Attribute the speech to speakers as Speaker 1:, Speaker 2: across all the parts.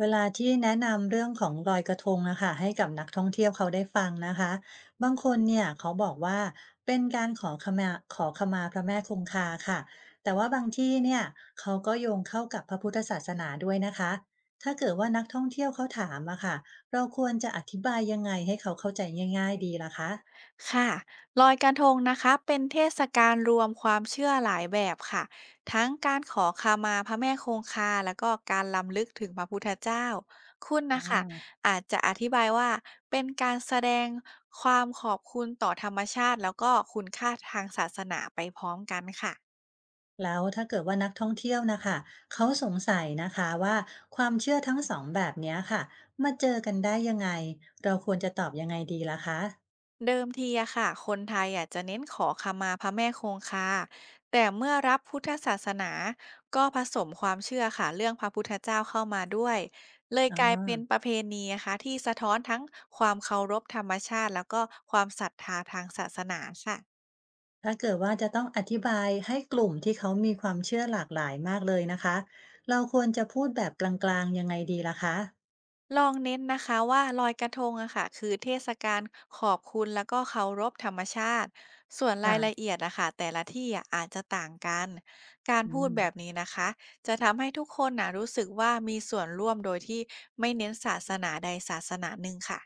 Speaker 1: เวลาที่แนะนำเรื่องของลอยกระทงนะคะให้กับนักท่องเที่ยวเขาได้ฟังนะคะบางคนเนี่ยเขาบอกว่าเป็นการขอขมาพระแม่คงคาค่ะแต่ว่าบางที่เนี่ยเขาก็โยงเข้ากับพระพุทธศาสนาด้วยนะคะถ้าเกิดว่านักท่องเที่ยวเขาถามอะค่ะเราควรจะอธิบายยังไงให้เขาเข้าใจง่ายๆดีล่ะคะ
Speaker 2: ค่ะลอยกระทงนะคะเป็นเทศกาลรวมความเชื่อหลายแบบค่ะทั้งการขอขมาพระแม่คงคาแล้วก็การรำลึกถึงพระพุทธเจ้าคุณนะคะอาจจะอธิบายว่าเป็นการแสดงความขอบคุณต่อธรรมชาติแล้วก็คุณค่าทางศาสนาไปพร้อมกันค่ะ
Speaker 1: แล้วถ้าเกิดว่านักท่องเที่ยวนะคะเขาสงสัยนะคะว่าความเชื่อทั้งสองแบบเนี้ยค่ะมาเจอกันได้ยังไงเราควรจะตอบยังไงดีล่ะคะ
Speaker 2: เดิมทีอะค่ะ คนไทยอะจะเน้นขอขมาพระแม่คงคาแต่เมื่อรับพุทธศาสนา ก็ผสมความเชื่อค่ะเรื่องพระพุทธเจ้าเข้ามาด้วย เลย
Speaker 1: อ๋อ
Speaker 2: กลายเป็นประเพณีนะคะที่สะท้อนทั้งความเคารพธรรมชาติแล้วก็ความศรัทธาทางศาสนาค่ะ
Speaker 1: ถ้าเกิดว่าจะต้องอธิบายให้กลุ่มที่เขามีความเชื่อหลากหลายมากเลยนะคะเราควรจะพูดแบบกลางๆยังไงดีล่ะคะ
Speaker 2: ลองเน้นนะคะว่าลอยกระทงอะค่ะคือเทศกาลขอบคุณแล้วก็เคารพธรรมชาติส่วนรายละ
Speaker 1: ค่ะ
Speaker 2: เอียดอะค่ะแต่ละที่อะอาจจะต่างกันการ
Speaker 1: อื
Speaker 2: พูดแบบ
Speaker 1: ม
Speaker 2: นี้นะคะจะทำให้ทุกคนนะรู้สึกว่ามีส่วนร่วมโดยที่ไม่เน้นศาสนาใดศาสนาหนึ่งค่ะ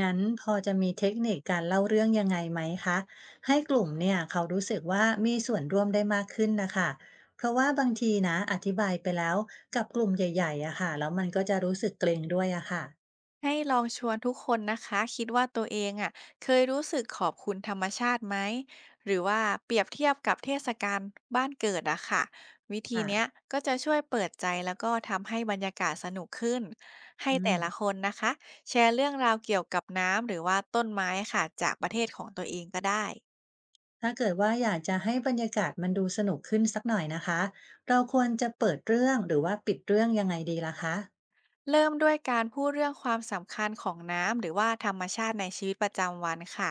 Speaker 1: งั้นพอจะมีเทคนิคการเล่าเรื่องยังไงไหมคะให้กลุ่มเนี่ยเขารู้สึกว่ามีส่วนร่วมได้มากขึ้นนะคะเพราะว่าบางทีนะอธิบายไปแล้วกับกลุ่มใหญ่ๆอะค่ะแล้วมันก็จะรู้สึกเกรงด้วยอะค่ะ
Speaker 2: ให้ลองชวนทุกคนนะคะคิดว่าตัวเองอ่ะเคยรู้สึกขอบคุณธรรมชาติไหมหรือว่าเปรียบเทียบกับเทศกาลบ้านเกิดอะค่ะวิธี
Speaker 1: ค่ะ
Speaker 2: เนี้ยก็จะช่วยเปิดใจแล้วก็ทำให้บรรยากาศสนุกขึ้นให้
Speaker 1: อื
Speaker 2: แต่
Speaker 1: ม
Speaker 2: ละคนนะคะแชร์เรื่องราวเกี่ยวกับน้ำหรือว่าต้นไม้ค่ะจากประเทศของตัวเองก็ได้
Speaker 1: ถ้าเกิดว่าอยากจะให้บรรยากาศมันดูสนุกขึ้นสักหน่อยนะคะเราควรจะเปิดเรื่องหรือว่าปิดเรื่องยังไงดีล่ะคะ
Speaker 2: เริ่มด้วยการพูดเรื่องความสำคัญของน้ำหรือว่าธรรมชาติในชีวิตประจำวันค่ะ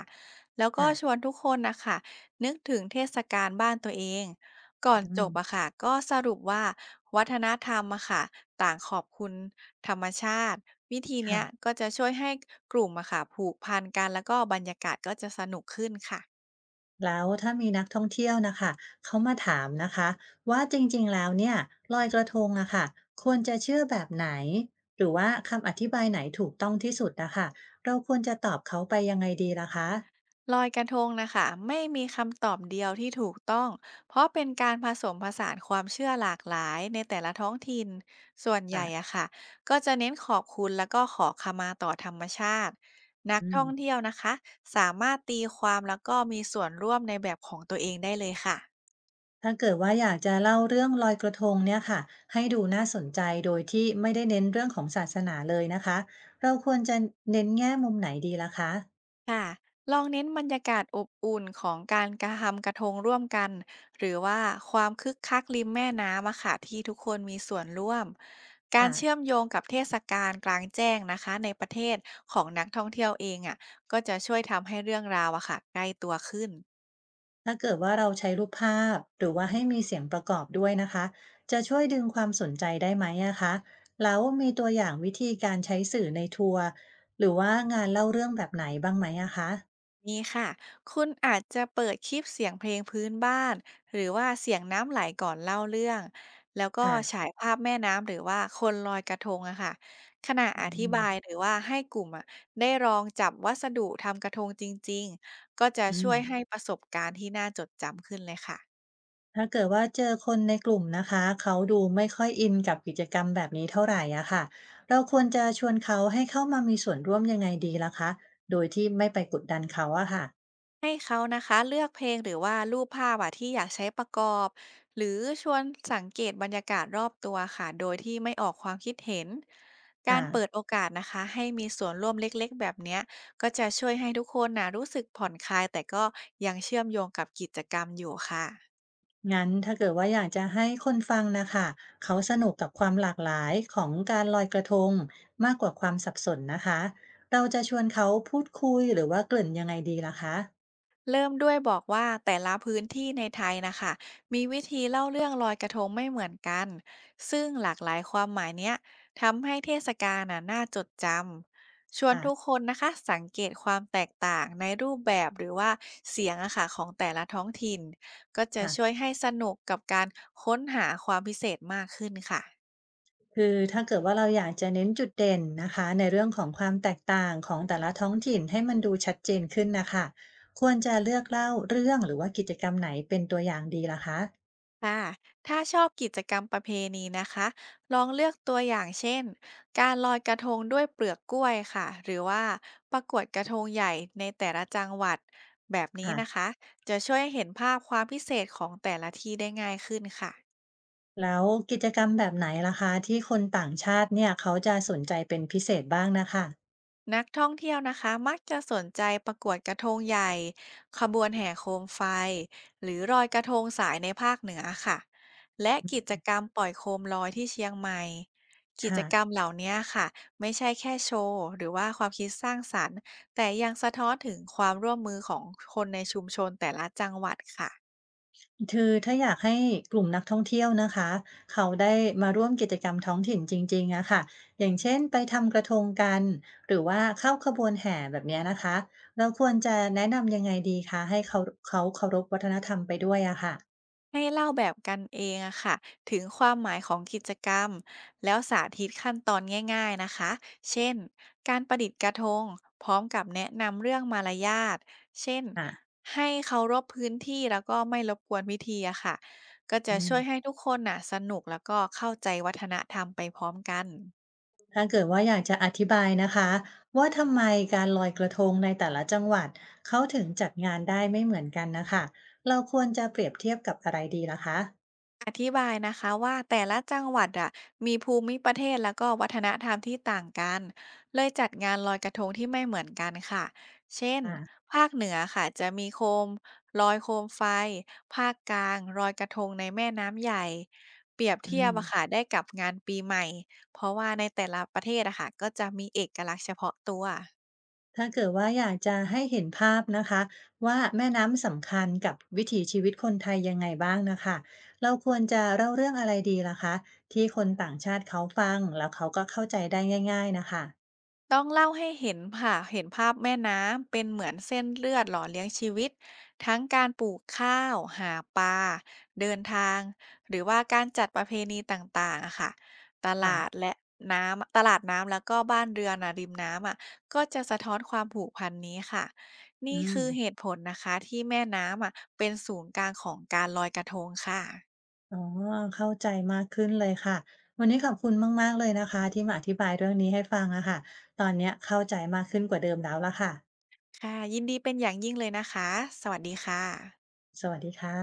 Speaker 2: แล้วก็ชว
Speaker 1: ค่ะ
Speaker 2: นทุกคนนะคะนึกถึงเทศกาลบ้านตัวเองก่อน
Speaker 1: อื
Speaker 2: จ
Speaker 1: ม
Speaker 2: บอะค่ะก็สรุปว่าวัฒนธรรมอะค่ะต่างขอบคุณธรรมชาติวิธีเนี้ย
Speaker 1: ค่ะ
Speaker 2: ก็จะช่วยให้กลุ่มอะค่ะผูกพันกันแล้วก็บรรยากาศก็จะสนุกขึ้นค่ะ
Speaker 1: แล้วถ้ามีนักท่องเที่ยวนะคะเขามาถามนะคะว่าจริงๆแล้วเนี่ยลอยกระทงอะค่ะควรจะเชื่อแบบไหนหรือว่าคำอธิบายไหนถูกต้องที่สุดนะคะเราควรจะตอบเขาไปยังไงดีล่ะคะ
Speaker 2: ลอยกระทงนะคะไม่มีคำตอบเดียวที่ถูกต้องเพราะเป็นการผสมผสานความเชื่อหลากหลายในแต่ละท้องถิ่นส่วนใหญ่
Speaker 1: ค่ะ
Speaker 2: อะค่ะก็จะเน้นขอบคุณแล้วก็ขอขมาต่อธรรมชาตินัก
Speaker 1: อื
Speaker 2: ท่องเที่ย
Speaker 1: ม
Speaker 2: วนะคะสามารถตีความแล้วก็มีส่วนร่วมในแบบของตัวเองได้เลยค่ะ
Speaker 1: ถ้าเกิดว่าอยากจะเล่าเรื่องลอยกระทงเนี่ยค่ะให้ดูน่าสนใจโดยที่ไม่ได้เน้นเรื่องของศาสนาเลยนะคะเราควรจะเน้นแง่มุมไหนดีล่ะคะ
Speaker 2: ค่ะลองเน้นบรรยากาศอบอุ่นของการกระทำกระทงร่วมกันหรือว่าความคึกคักริมแม่น้ำอะค่ะที่ทุกคนมีส่วนร่วมการ
Speaker 1: ค่ะ
Speaker 2: เชื่อมโยงกับเทศกาลกลางแจ้งนะคะในประเทศของนักท่องเที่ยวเองอ่ะก็จะช่วยทำให้เรื่องราวอะค่ะใกล้ตัวขึ้น
Speaker 1: ถ้าเกิดว่าเราใช้รูปภาพหรือว่าให้มีเสียงประกอบด้วยนะคะจะช่วยดึงความสนใจได้ไหมอะคะแล้วมีตัวอย่างวิธีการใช้สื่อในทัวร์หรือว่างานเล่าเรื่องแบบไหนบ้างไหมอะคะ
Speaker 2: นี่ค่ะ คุณอาจจะเปิดคลิปเสียงเพลงพื้นบ้าน หรือว่าเสียงน้ำไหลก่อนเล่าเรื่อง แล้วก็ฉา
Speaker 1: ค่ะ
Speaker 2: ยภาพแม่น้ำหรือว่าคนลอยกระทงอะค่ะ ขณะ
Speaker 1: อื
Speaker 2: อธิ
Speaker 1: ม
Speaker 2: บายหรือว่าให้กลุ่มอะได้ลองจับวัสดุทำกระทงจริงๆ ก็จะ
Speaker 1: อื
Speaker 2: ช่วยให้
Speaker 1: ม
Speaker 2: ประสบการณ์ที่น่าจดจำขึ้นเลยค่ะ
Speaker 1: ถ้าเกิดว่าเจอคนในกลุ่มนะคะเขาดูไม่ค่อยอินกับกิจกรรมแบบนี้เท่าไหร่อะค่ะเราควรจะชวนเขาให้เข้ามามีส่วนร่วมยังไงดีล่ะคะโดยที่ไม่ไปกดดันเขาอะค่ะ
Speaker 2: ให้เขานะคะเลือกเพลงหรือว่ารูปภาพอะที่อยากใช้ประกอบหรือชวนสังเกตบรรยากาศรอบตัวค่ะโดยที่ไม่ออกความคิดเห็นการ
Speaker 1: ค่ะ
Speaker 2: เปิดโอกาสนะคะให้มีส่วนร่วมเล็กๆแบบเนี้ยก็จะช่วยให้ทุกคนนะรู้สึกผ่อนคลายแต่ก็ยังเชื่อมโยงกับกิจกรรมอยู่ค่ะ
Speaker 1: งั้นถ้าเกิดว่าอยากจะให้คนฟังนะคะเขาสนุกกับความหลากหลายของการลอยกระทงมากกว่าความสับสนนะคะเราจะชวนเขาพูดคุยหรือว่าเกริ่นยังไงดีล่ะคะ
Speaker 2: เริ่มด้วยบอกว่าแต่ละพื้นที่ในไทยนะคะมีวิธีเล่าเรื่องลอยกระทงไม่เหมือนกันซึ่งหลากหลายความหมายเนี้ยทำให้เทศกาลน่ะน่าจดจำชวน
Speaker 1: อ่ะ
Speaker 2: ทุกคนนะคะสังเกตความแตกต่างในรูปแบบหรือว่าเสียงอะค่ะของแต่ละท้องถิ่นก็จะช่วย
Speaker 1: ค่ะ
Speaker 2: ให้สนุกกับการค้นหาความพิเศษมากขึ้นค่ะ
Speaker 1: คือถ้าเกิดว่าเราอยากจะเน้นจุดเด่นนะคะในเรื่องของความแตกต่างของแต่ละท้องถิ่นให้มันดูชัดเจนขึ้นนะคะควรจะเลือกเล่าเรื่องหรือว่ากิจกรรมไหนเป็นตัวอย่างดีล่ะคะ
Speaker 2: ค่ะถ้าชอบกิจกรรมประเพณีนะคะ ลองเลือกตัวอย่างเช่นการลอยกระทงด้วยเปลือกกล้วยค่ะ หรือว่าประกวดกระทงใหญ่ในแต่ละจังหวัดแบบนี้
Speaker 1: อ่ะ
Speaker 2: นะคะ จะช่วยให้เห็นภาพความพิเศษของแต่ละที่ได้ง่ายขึ้นค่ะ
Speaker 1: แล้วกิจกรรมแบบไหนล่ะคะที่คนต่างชาติเนี่ยเขาจะสนใจเป็นพิเศษบ้างนะคะ
Speaker 2: นักท่องเที่ยวนะคะมักจะสนใจประกวดกระทงใหญ่ขบวนแห่โคมไฟหรือลอยกระทงสายในภาคเหนือค่ะและกิจกรรมปล่อยโคมลอยที่เชียงใหม่กิจ
Speaker 1: ค่ะ
Speaker 2: กรรมเหล่านี้ค่ะไม่ใช่แค่โชว์หรือว่าความคิดสร้างสรรค์แต่ยังสะท้อนถึงความร่วมมือของคนในชุมชนแต่ละจังหวัดค่ะ
Speaker 1: คือถ้าอยากให้กลุ่มนักท่องเที่ยวนะคะเขาได้มาร่วมกิจกรรมท้องถิ่นจริงๆอะค่ะอย่างเช่นไปทำกระทงกันหรือว่าเข้าขบวนแห่แบบเนี้ยนะคะเราควรจะแนะนำยังไงดีคะให้เขาเคารพวัฒนธรรมไปด้วยอะค่ะ
Speaker 2: ให้เล่าแบบกันเองอะค่ะถึงความหมายของกิจกรรมแล้วสาธิตขั้นตอนง่ายๆนะคะเช่นการประดิษฐ์กระทงพร้อมกับแนะนำเรื่องมารยาทเช่น
Speaker 1: ค่ะ
Speaker 2: ให้เคารพพื้นที่แล้วก็ไม่รบกวนพิธีอะค่ะก็จะ
Speaker 1: อืม
Speaker 2: ช่วยให้ทุกคนน่ะสนุกแล้วก็เข้าใจวัฒนธรรมไปพร้อมกัน
Speaker 1: ถ้าเกิดว่าอยากจะอธิบายนะคะว่าทำไมการลอยกระทงในแต่ละจังหวัดเขาถึงจัดงานได้ไม่เหมือนกันนะคะเราควรจะเปรียบเทียบกับอะไรดีล่ะคะ
Speaker 2: อธิบายนะคะว่าแต่ละจังหวัดอะมีภูมิประเทศแล้วก็วัฒนธรรมที่ต่างกันเลยจัดงานลอยกระทงที่ไม่เหมือนกันค่ะเช่น
Speaker 1: ค่ะ
Speaker 2: ภาคเหนือค่ะจะมีโคมลอยโคมไฟภาคกลางลอยกระทงในแม่น้ำใหญ่เปรียบ
Speaker 1: อื
Speaker 2: เทียบอะค่ะ
Speaker 1: ม
Speaker 2: ได้กับงานปีใหม่เพราะว่าในแต่ละประเทศอะค่ะก็จะมีเอกลักษณ์เฉพาะตัว
Speaker 1: ถ้าเกิดว่าอยากจะให้เห็นภาพนะคะว่าแม่น้ำสำคัญกับวิถีชีวิตคนไทยยังไงบ้างนะคะเราควรจะเล่าเรื่องอะไรดีล่ะคะที่คนต่างชาติเขาฟังแล้วเขาก็เข้าใจได้ง่ายๆนะคะ
Speaker 2: ต้องเล่าให้เห็นค่ะเห็นภาพแม่น้ำเป็นเหมือนเส้นเลือดหล่อเลี้ยงชีวิตทั้งการปลูกข้าวหาปลาเดินทางหรือว่าการจัดประเพณีต่างๆอะค่ะตลาด
Speaker 1: ค่ะ
Speaker 2: และน้ำตลาดน้ำแล้วก็บ้านเรือนอะริมน้ำอะก็จะสะท้อนความผูกพันนี้ค่ะนี่
Speaker 1: อืม
Speaker 2: คือเหตุผลนะคะที่แม่น้ำอะเป็นศูนย์กลางของการลอยกระทงค่ะ
Speaker 1: อ๋อเข้าใจมากขึ้นเลยค่ะวันนี้ขอบคุณมากๆเลยนะคะที่มาอธิบายเรื่องนี้ให้ฟังอะค่ะตอนเนี้ยเข้าใจมากขึ้นกว่าเดิมแล้วล่ะค่ะ
Speaker 2: ค่ะยินดีเป็นอย่างยิ่งเลยนะคะสวัสดีค่ะ
Speaker 1: สวัสดีค่ะ